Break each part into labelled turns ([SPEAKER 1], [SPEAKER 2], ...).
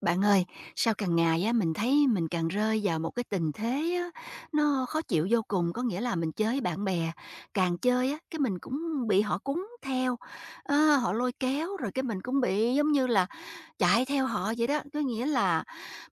[SPEAKER 1] Bạn ơi, sao càng ngày á mình thấy mình càng rơi vào một cái tình thế á, nó khó chịu vô cùng, có nghĩa là mình chơi với bạn bè, càng chơi á cái mình cũng bị họ cuốn theo, họ lôi kéo rồi cái mình cũng bị giống như là chạy theo họ vậy đó. Có nghĩa là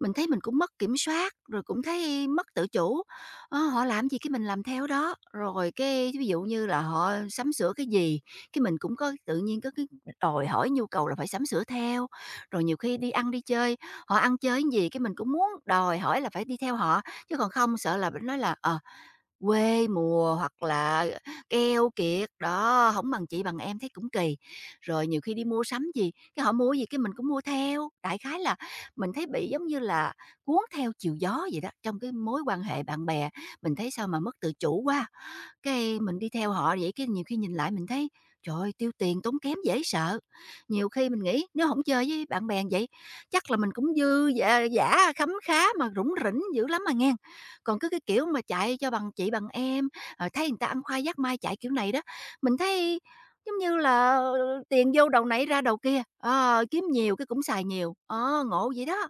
[SPEAKER 1] mình thấy mình cũng mất kiểm soát, rồi cũng thấy mất tự chủ, họ làm gì cái mình làm theo đó. Rồi cái ví dụ như là họ sắm sửa cái gì, cái mình cũng có tự nhiên có cái đòi hỏi nhu cầu là phải sắm sửa theo. Rồi nhiều khi đi ăn đi chơi họ ăn chơi cái gì cái mình cũng muốn đòi hỏi là phải đi theo họ, chứ còn không sợ là nói là, quê mùa hoặc là keo kiệt, đó, không bằng chị bằng em thấy cũng kỳ. Rồi nhiều khi đi mua sắm gì, cái họ mua gì cái mình cũng mua theo. Đại khái là mình thấy bị giống như là cuốn theo chiều gió vậy đó, trong cái mối quan hệ bạn bè, mình thấy sao mà mất tự chủ quá. Cái mình đi theo họ vậy cái nhiều khi nhìn lại mình thấy, trời ơi, tiêu tiền tốn kém dễ sợ. Nhiều khi mình nghĩ nếu không chơi với bạn bè vậy, chắc là mình cũng dư giả, khấm khá mà rủng rỉnh dữ lắm mà nghen. Còn cứ cái kiểu mà chạy cho bằng chị bằng em, thấy người ta ăn khoai vác mai chạy kiểu này đó, mình thấy giống như là tiền vô đầu này ra đầu kia, kiếm nhiều cái cũng xài nhiều, ngộ vậy đó,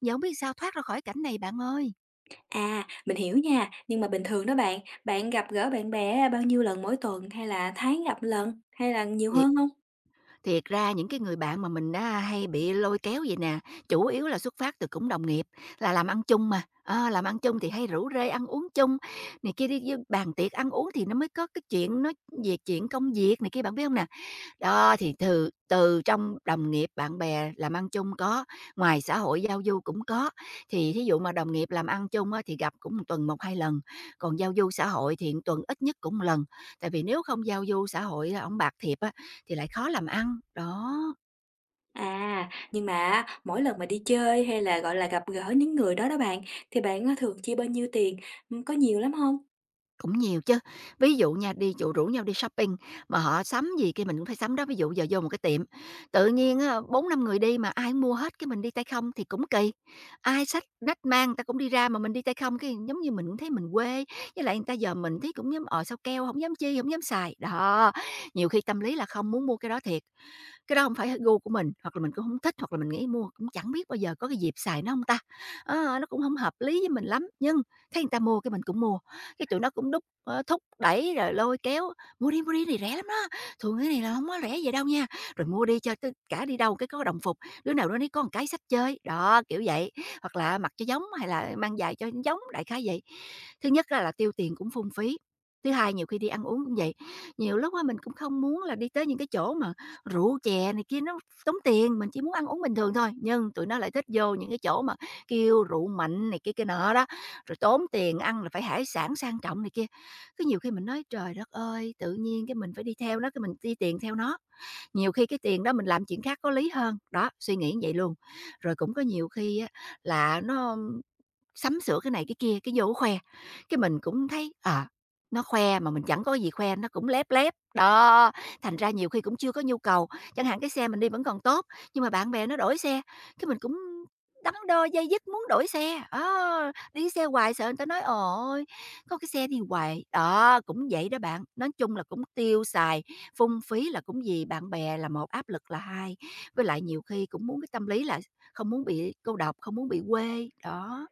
[SPEAKER 1] giờ không biết sao thoát ra khỏi cảnh này bạn ơi.
[SPEAKER 2] À, mình hiểu nha, nhưng mà bình thường đó bạn, bạn gặp gỡ bạn bè bao nhiêu lần mỗi tuần hay là tháng gặp lần hay là nhiều hơn không?
[SPEAKER 1] Thiệt ra những cái người bạn mà mình đã hay bị lôi kéo vậy nè, chủ yếu là xuất phát từ cũng đồng nghiệp, là làm ăn chung mà. Ờ, làm ăn chung thì hay rủ rê ăn uống chung, này kia đi với bàn tiệc ăn uống thì nó mới có cái chuyện nói về chuyện công việc này kia, bạn biết không nè? Đó, thì từ từ trong đồng nghiệp, bạn bè làm ăn chung có, ngoài xã hội giao du cũng có. Thì thí dụ mà đồng nghiệp làm ăn chung á, thì gặp cũng 1 tuần một hai lần, còn giao du xã hội thì 1 tuần ít nhất cũng một lần, tại vì nếu không giao du xã hội, ổng bạc thiệp á, thì lại khó làm ăn, đó.
[SPEAKER 2] À, nhưng mà á, mỗi lần mà đi chơi hay là, gọi là, gặp gỡ những người đó đó bạn, thì bạn á thường chi bao nhiêu tiền, có nhiều lắm không?
[SPEAKER 1] Cũng nhiều chứ, ví dụ nha, đi dụ rủ nhau đi shopping mà họ sắm gì kia mình cũng phải sắm đó, ví dụ giờ vô một cái tiệm, tự nhiên á 4-5 người đi mà ai mua hết cái mình đi tay không thì cũng kỳ. Ai sách rách mang người ta cũng đi ra mà mình đi tay không cái giống như mình cũng thấy mình quê, với lại người ta giờ mình thấy cũng giống, sao keo không dám chi, không dám xài. Đó, nhiều khi tâm lý là không muốn mua cái đó thiệt, cái đó không phải gu của mình, hoặc là mình cũng không thích, hoặc là mình nghĩ mua cũng chẳng biết bao giờ có cái dịp xài nó hông ta? Á, nó cũng không hợp lý với mình lắm, nhưng thấy người ta mua cái mình cũng mua, cái tụi nó cũng thúc đẩy rồi lôi kéo: mua đi, này rẻ lắm đó, thường cái này là không có rẻ vậy đâu nha." Rồi mua đi cho tới cả đi đâu cái có đồng phục, đứa nào đó nấy có một cái sách chơi, đó, kiểu vậy. Hoặc là mặc cho giống hay là mang giày cho giống, đại khái vậy. Thứ nhất á là tiêu tiền cũng phung phí, thứ hai nhiều khi đi ăn uống cũng vậy, nhiều lúc á mình cũng không muốn là đi tới những cái chỗ mà rượu chè này kia nó tốn tiền, mình chỉ muốn ăn uống bình thường thôi, nhưng tụi nó lại thích vô những cái chỗ mà kêu rượu mạnh này kia kia nọ đó, rồi tốn tiền ăn là phải hải sản sang trọng này kia. Cứ nhiều khi mình nói trời đất ơi, tự nhiên cái mình phải đi theo nó, cái mình chi tiền theo nó, nhiều khi cái tiền đó mình làm chuyện khác có lý hơn, đó, suy nghĩ như vậy luôn. Rồi cũng có nhiều khi á là nó sắm sửa cái này cái kia, cái vô khoe, cái mình cũng thấy, à, nó khoe mà mình chẳng có gì khoe, nó cũng lép lép. Đó, thành ra nhiều khi cũng chưa có nhu cầu, chẳng hạn cái xe mình đi vẫn còn tốt, nhưng mà bạn bè nó đổi xe, cái mình cũng đắn đo dây dứt muốn đổi xe, á, đi xe hoài sợ người ta nói: "Ôi, có cái xe đi hoài." Đó, cũng vậy đó bạn, nói chung là cũng tiêu xài, phung phí là cũng gì bạn bè là một, áp lực là hai, với lại nhiều khi cũng muốn cái tâm lý là không muốn bị cô độc, không muốn bị quê, đó.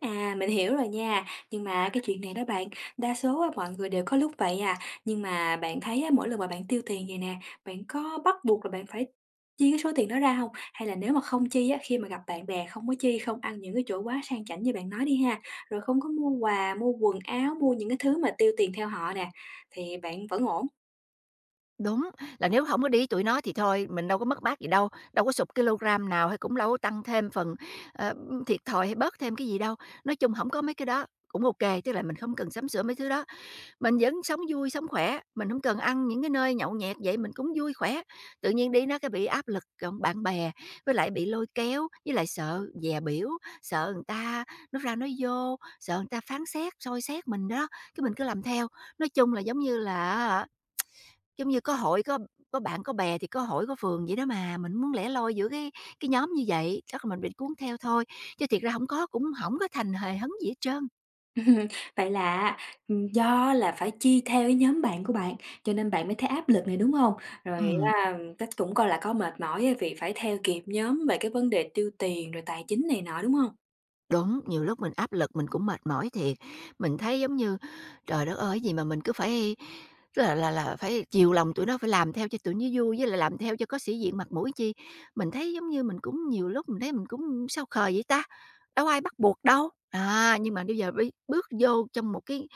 [SPEAKER 2] À, mình hiểu rồi nha. Nhưng mà cái chuyện này đó bạn, đa số á, mọi người đều có lúc vậy à. Nhưng mà bạn thấy á, mỗi lần mà bạn tiêu tiền vậy nè, bạn có bắt buộc là bạn phải chi cái số tiền đó ra không? Hay là nếu mà không chi á, khi mà gặp bạn bè không có chi, không ăn những cái chỗ quá sang chảnh như bạn nói đi ha, rồi không có mua quà, mua quần áo, mua những cái thứ mà tiêu tiền theo họ nè, thì bạn vẫn ổn?
[SPEAKER 1] Đúng, là nếu không có đi với tụi nó thì thôi, mình đâu có mất mát gì đâu, đâu có sụp ki nào hay cũng đâu có tăng thêm phần, ờ, thiệt thòi hay bớt thêm cái gì đâu. Nói chung không có mấy cái đó, cũng ok. Kê, tức là mình không cần sắm sửa mấy thứ đó, mình vẫn sống vui, sống khỏe, mình không cần ăn những cái nơi nhậu nhẹt vậy, mình cũng vui khỏe. Tự nhiên đi nó cái bị áp lực, cộng bạn bè, với lại bị lôi kéo, với lại sợ dè biểu, sợ người ta nói ra nói vô, sợ người ta phán xét, soi xét mình đó, cái mình cứ làm theo. Nói chung là giống như là giống như có hội, có bạn, có bè thì có hội có phường vậy đó mà, mình muốn lẻ loi giữa cái nhóm như vậy, chắc là mình bị cuốn theo thôi, chứ thiệt ra không có cũng không có thành hề hấn gì hết trơn.
[SPEAKER 2] Ừm, vậy là á, do là phải chia theo cái nhóm bạn của bạn, cho nên bạn mới thấy áp lực này, đúng không? Rồi
[SPEAKER 1] Ừm.
[SPEAKER 2] á, chắc cũng coi là có mệt mỏi á vì phải theo kịp nhóm về cái vấn đề tiêu tiền rồi tài chính này nọ, đúng không?
[SPEAKER 1] Đúng, nhiều lúc mình áp lực mình cũng mệt mỏi thiệt, mình thấy giống như trời đất ơi, gì mà mình cứ phải tức là phải chiều lòng tụi nó, phải làm theo cho tụi nó vui, với lại làm theo cho có sĩ diện mặt mũi chi. Mình thấy giống như mình cũng nhiều lúc mình thấy mình cũng sao khờ vậy ta, đâu ai bắt buộc đâu. À, nhưng mà bây giờ bước vô trong một cái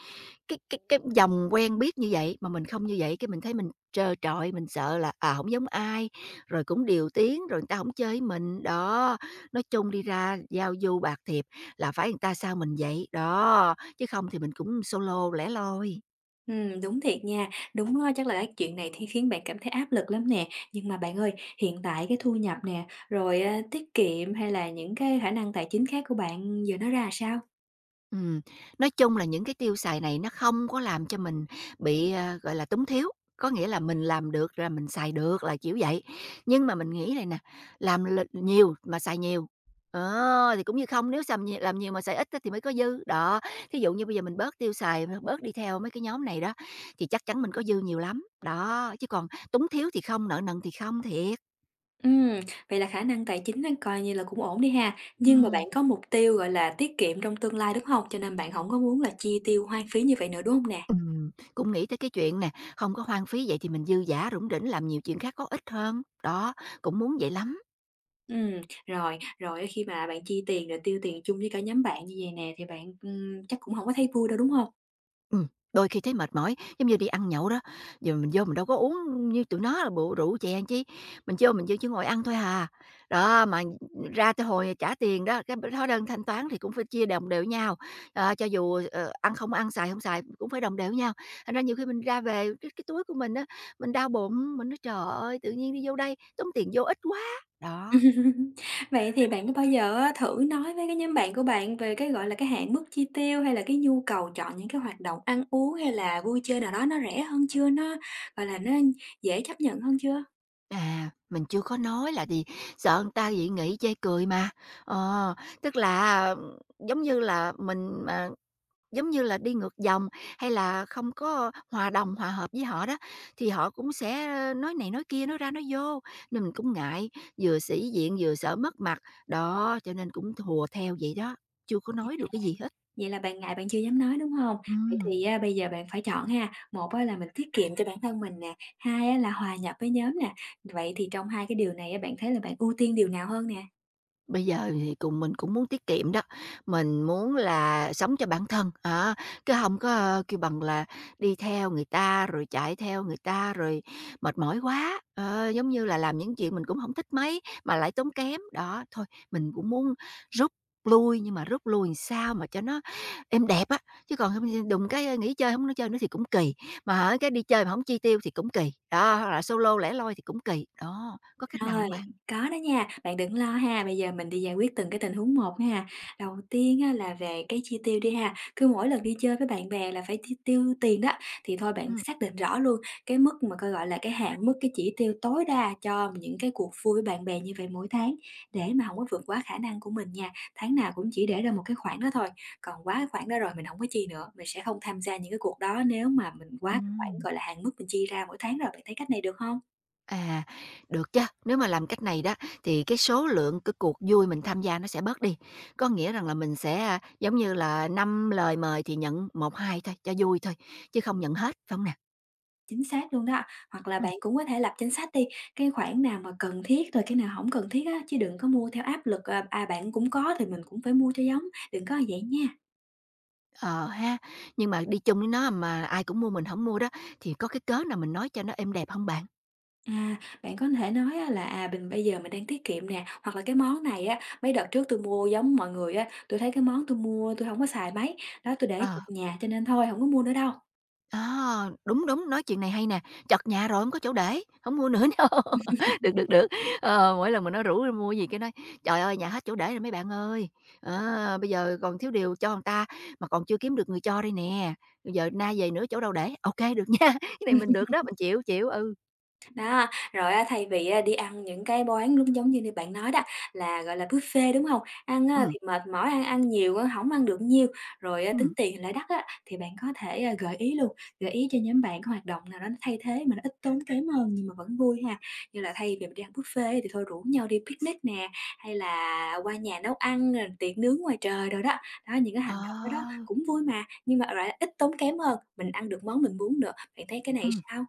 [SPEAKER 1] cái cái cái vòng quen biết như vậy mà mình không như vậy cái mình thấy mình trơ trọi, mình sợ là, không giống ai, rồi cũng điều tiếng, rồi người ta không chơi mình. Đó, nói chung đi ra giao du bạc thiện là phải người ta sao mình vậy, đó, chứ không thì mình cũng solo lẻ loi.
[SPEAKER 2] Đúng thiệt nha, đúng á, chắc là cái chuyện này thì khiến bạn cảm thấy áp lực lắm nè. Nhưng mà bạn ơi, hiện tại cái thu nhập nè, rồi, a, tiết kiệm hay là những cái khả năng tài chính khác của bạn giờ nó ra sao?
[SPEAKER 1] Ừm, nói chung là những cái tiêu xài này nó không có làm cho mình bị, gọi là, túng thiếu, có nghĩa là mình làm được là mình xài được là kiểu vậy. Nhưng mà mình nghĩ này nè, làm nhiều mà xài nhiều, thì cũng như không, nếu xàm nhiều làm nhiều mà xài ít á thì mới có dư. Đó, thí dụ như bây giờ mình bớt tiêu xài, bớt đi theo mấy cái nhóm này đó, thì chắc chắn mình có dư nhiều lắm, đó, chứ còn túng thiếu thì không, nợ nần thì không thiệt.
[SPEAKER 2] Ừm, vậy là khả năng tài chính á coi như là cũng ổn đi ha, nhưng mà
[SPEAKER 1] Ừm.
[SPEAKER 2] bạn có mục tiêu, gọi là, tiết kiệm trong tương lai, đúng hông? Cho nên bạn không có muốn là chi tiêu hoang phí như vậy nữa, đúng không nè?
[SPEAKER 1] Cũng nghĩ tới cái chuyện nè, không có hoang phí vậy thì mình dư dả rủng rỉnh làm nhiều chuyện khác có ích hơn. Đó, cũng muốn vậy lắm.
[SPEAKER 2] Ừm, rồi, rồi khi mà bạn chi tiền rồi tiêu tiền chung với cả nhóm bạn như vậy nè thì bạn, chắc cũng không có thấy vui đâu, đúng không?
[SPEAKER 1] Ừm, đôi khi thấy mệt mỏi, giống như đi ăn nhậu đó, giờ mình vô mình đâu có uống như tụi nó là bộ rượu chè làm chi, mình vô chỉ ngồi ăn thôi hà. Đó, mà ra tới hồi trả tiền đó, cái hóa đơn thanh toán thì cũng phải chia đồng đều nhau, cho dù, ăn không ăn, xài không xài cũng phải đồng đều nhau. Thành ra nhiều khi mình ra về cái túi của mình á, mình đau bụng, mình nói: "Trời ơi, tự nhiên đi vô đây tốn tiền vô ích quá!" Đó.
[SPEAKER 2] Vậy thì bạn có bao giờ á thử nói với cái nhóm bạn của bạn về cái, gọi là, cái hạn mức chi tiêu hay là cái nhu cầu chọn những cái hoạt động ăn uống hay là vui chơi nào đó nó rẻ hơn chưa? Nó, gọi là, nó dễ chấp nhận hơn chưa?
[SPEAKER 1] À, mình chưa có nói là thì sợ người ta dị nghị chê cười mà. Ờ, tức là, giống như là, mình mà giống như là đi ngược dòng hay là không có hòa đồng, hòa hợp với họ đó, thì họ cũng sẽ nói này nói kia, nói ra nói vô, nên mình cũng ngại, vừa sĩ diện vừa sợ mất mặt. Đó, cho nên cũng thùa theo vậy đó, chưa có nói được cái gì hết.
[SPEAKER 2] Vậy là bạn ngại bạn chưa dám nói, đúng không? Vậy
[SPEAKER 1] Ừm.
[SPEAKER 2] thì á bây giờ bạn phải chọn ha, một á là mình tiết kiệm cho bản thân mình nè, hai á là hòa nhập với nhóm nè. Vậy thì trong hai cái điều này á, bạn thấy là bạn ưu tiên điều nào hơn nè?
[SPEAKER 1] Bây giờ thì cùng mình cũng muốn tiết kiệm đó, mình muốn là sống cho bản thân, á, chứ hông có, ơ, kêu bằng là đi theo người ta, rồi chạy theo người ta, rồi mệt mỏi quá, ờ, giống như là làm những chuyện mình cũng không thích mấy mà lại tốn kém. Đó, thôi mình cũng muốn rút lui, nhưng mà rút lui làm sao mà cho nó êm đẹp á, chứ còn không đùng cái ờ, nghỉ chơi không nó chơi nữa thì cũng kỳ, mà hả cái đi chơi mà không chi tiêu thì cũng kỳ, đó, hoặc là solo lẻ loi thì cũng kỳ. Đó, có cách nào
[SPEAKER 2] Rồi,
[SPEAKER 1] không bạn?
[SPEAKER 2] có đó nha, bạn đừng lo ha, bây giờ mình đi giải quyết từng cái tình huống một ha. Đầu tiên á, là về cái chi tiêu đi ha, cứ mỗi lần đi chơi với bạn bè là phải chi tiêu tiền đó, thì thôi bạn
[SPEAKER 1] Ừm,
[SPEAKER 2] xác định rõ luôn cái mức mà coi, gọi là, cái hạn mức, cái chỉ tiêu tối đa cho những cái cuộc vui với bạn bè như vậy mỗi tháng, để mà không có vượt quá khả năng của mình nha. Tháng nào cũng chỉ để ra một cái khoản đó thôi, còn quá cái khoản đó rồi mình không có chi nữa, mình sẽ không tham gia những cái cuộc đó nếu mà mình quá cái khoản,
[SPEAKER 1] ừm.
[SPEAKER 2] gọi là, hạn mức mình chi ra mỗi tháng rồi. Bạn thấy cách này được không?
[SPEAKER 1] À, được chứ nếu mà làm cách này đó thì cái số lượng cái cuộc vui mình tham gia nó sẽ bớt đi. Có nghĩa rằng là mình sẽ, à, giống như là, 5 lời mời thì nhận một 2 thôi, cho vui thôi, chứ không nhận hết, phải hông nè?
[SPEAKER 2] Chính xác luôn đó. Hoặc là bạn
[SPEAKER 1] Ừm,
[SPEAKER 2] cũng có thể lập danh sách đi, cái khoản nào mà cần thiết rồi cái nào không cần thiết á, chứ đừng có mua theo áp lực, bạn cũng có thì mình cũng phải mua cho giống, đừng có vậy nha.
[SPEAKER 1] ờ ha, nhưng mà đi chung với nó mà ai cũng mua mình không mua đó, thì có cái cớ nào mình nói cho nó êm đẹp không bạn?
[SPEAKER 2] À, bạn có thể nói á là, à, mình bây giờ mình đang tiết kiệm nè, hoặc là cái món này á, mấy đợt trước tôi mua giống mọi người á, tôi thấy cái món tôi mua tôi không có xài mấy, đó tôi để ở
[SPEAKER 1] Ờ.
[SPEAKER 2] nhà cho nên thôi không có mua nữa đâu.
[SPEAKER 1] À, đúng, đúng, nói chuyện này hay nè, chật nhà rồi không có chỗ để, không mua nữa đâu. Được, được, được. Ờ, mỗi lần mà nó rủ mua gì cái nói: "Trời ơi, nhà hết chỗ để rồi mấy bạn ơi, á, bây giờ còn thiếu điều cho người ta mà còn chưa kiếm được người cho đây nè, bây giờ na về nữa chỗ đâu để." Ok được nha, cái này mình được đó, mình chịu, chịu, ừ,
[SPEAKER 2] Đó, rồi á thay vì á đi ăn những cái quán lúc giống như như bạn nói đó là, gọi là, buffet, đúng hông? Ăn
[SPEAKER 1] ừ,
[SPEAKER 2] á thì mệt mỏi, ăn ăn nhiều á hổng ăn được nhiêu, rồi, a,
[SPEAKER 1] ừ.
[SPEAKER 2] tính tiền lại đắt á, thì bạn có thể, a, gợi ý luôn, gợi ý cho nhóm bạn có hoạt động nào đó nó thay thế mà nó ít tốn kém hơn nhưng mà vẫn vui ha. Như là thay vì mình đi ăn buffet á thì thôi rủ nhau đi picnic nè, hay là qua nhà nấu ăn rồi tiệc nướng ngoài trời đồ đó. Đó, những cái hành động đó đó
[SPEAKER 1] Ờ,
[SPEAKER 2] cũng vui mà, nhưng mà lại ít tốn kém hơn, mình ăn được món mình muốn nữa. Bạn thấy cái này
[SPEAKER 1] ừm.
[SPEAKER 2] sao?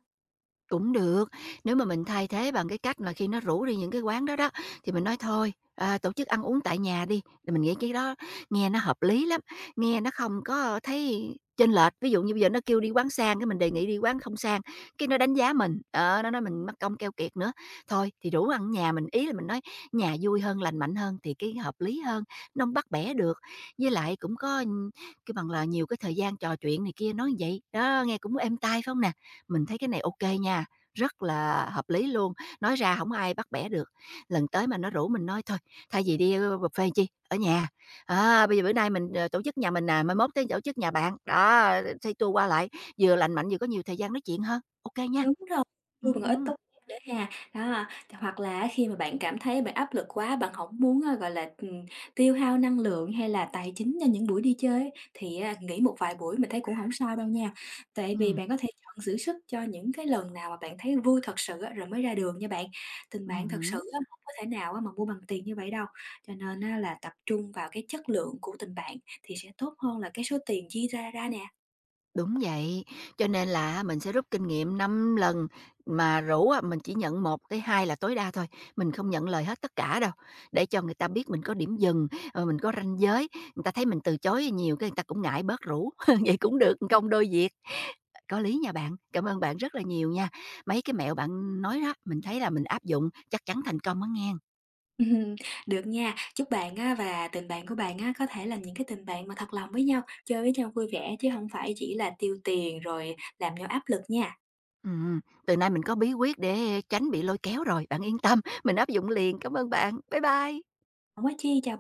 [SPEAKER 1] Cũng được, nếu mà mình thay thế bằng cái cách là khi nó rủ đi những cái quán đó đó, thì mình nói thôi, à, tổ chức ăn uống tại nhà đi, thì mình nghĩ cái đó nghe nó hợp lý lắm, nghe nó không có thấy chênh lệch. Ví dụ như bây giờ nó kêu đi quán sang, cái mình đề nghị đi quán không sang, cái nó đánh giá mình, ờ, nó nói mình mất công keo kiệt nữa. Thôi thì rủ ăn nhà mình, ý là mình nói nhà vui hơn, lành mạnh hơn thì cái hợp lý hơn, nó không bắt bẻ được. Với lại cũng có, cái bằng là, nhiều cái thời gian trò chuyện này kia, nói vậy, đó, nghe cũng êm tai, phải không nè? Mình thấy cái này ok nha, rất là hợp lý luôn, nói ra hổng ai bắt bẻ được. Lần tới mà nó rủ mình nói: "Thôi, thay vì đi, ơ, buffet chi, ở nhà, à, bây giờ bữa nay mình, ờ, tổ chức nhà mình nè, mai mốt tới tổ chức nhà bạn." Đó, xây tua qua lại, vừa lành mạnh, vừa có nhiều thời gian nói chuyện hơn. Ok kê nha.
[SPEAKER 2] Đúng rồi,
[SPEAKER 1] Ừ,
[SPEAKER 2] vui bằng ít, tốt đẹp nữa ha. Đó, th hoặc là á khi mà bạn cảm thấy bạn áp lực quá, bạn hổng muốn, a, gọi là, tiêu hao năng lượng hay là tài chính cho những buổi đi chơi ấy, thì á nghỉ một vài buổi mình thấy cũng hổng sao đâu nha. Tại vì
[SPEAKER 1] ừm,
[SPEAKER 2] bạn có thể chọn giữ sức cho những cái lần nào mà bạn thấy vui thật sự á, rồi mới ra đường nha bạn. Tình bạn thật sự
[SPEAKER 1] hứm.
[SPEAKER 2] á, hông có thể nào á mà mua bằng tiền như vậy đâu, cho nên á là tập trung vào cái chất lượng của tình bạn thì sẽ tốt hơn là cái số tiền chi ra ra nè.
[SPEAKER 1] Đúng vậy, cho nên là mình sẽ rút kinh nghiệm 5 lần, mà rủ á mình chỉ nhận một tới 2 là tối đa thôi, mình không nhận lời hết tất cả đâu, để cho người ta biết mình có điểm dừng, ờ, mình có ranh giới, người ta thấy mình từ chối nhiều cái người ta cũng ngại bớt rủ, vậy cũng được, công đôi việc. Có lý nha bạn, cảm ơn bạn rất là nhiều nha, mấy cái mẹo bạn nói đó, mình thấy là mình áp dụng chắc chắn thành công á nghen.
[SPEAKER 2] Ừm, được nha. Chúc bạn á và tình bạn của bạn á có thể là những cái tình bạn mà thật lòng với nhau, chơi với nhau vui vẻ chứ không phải chỉ là tiêu tiền rồi làm nhau áp lực nha.
[SPEAKER 1] Ừm, từ nay mình có bí quyết để tránh bị lôi kéo rồi, bạn yên tâm, mình áp dụng liền. Cảm ơn bạn, bye bye.
[SPEAKER 2] Không có chi, chào.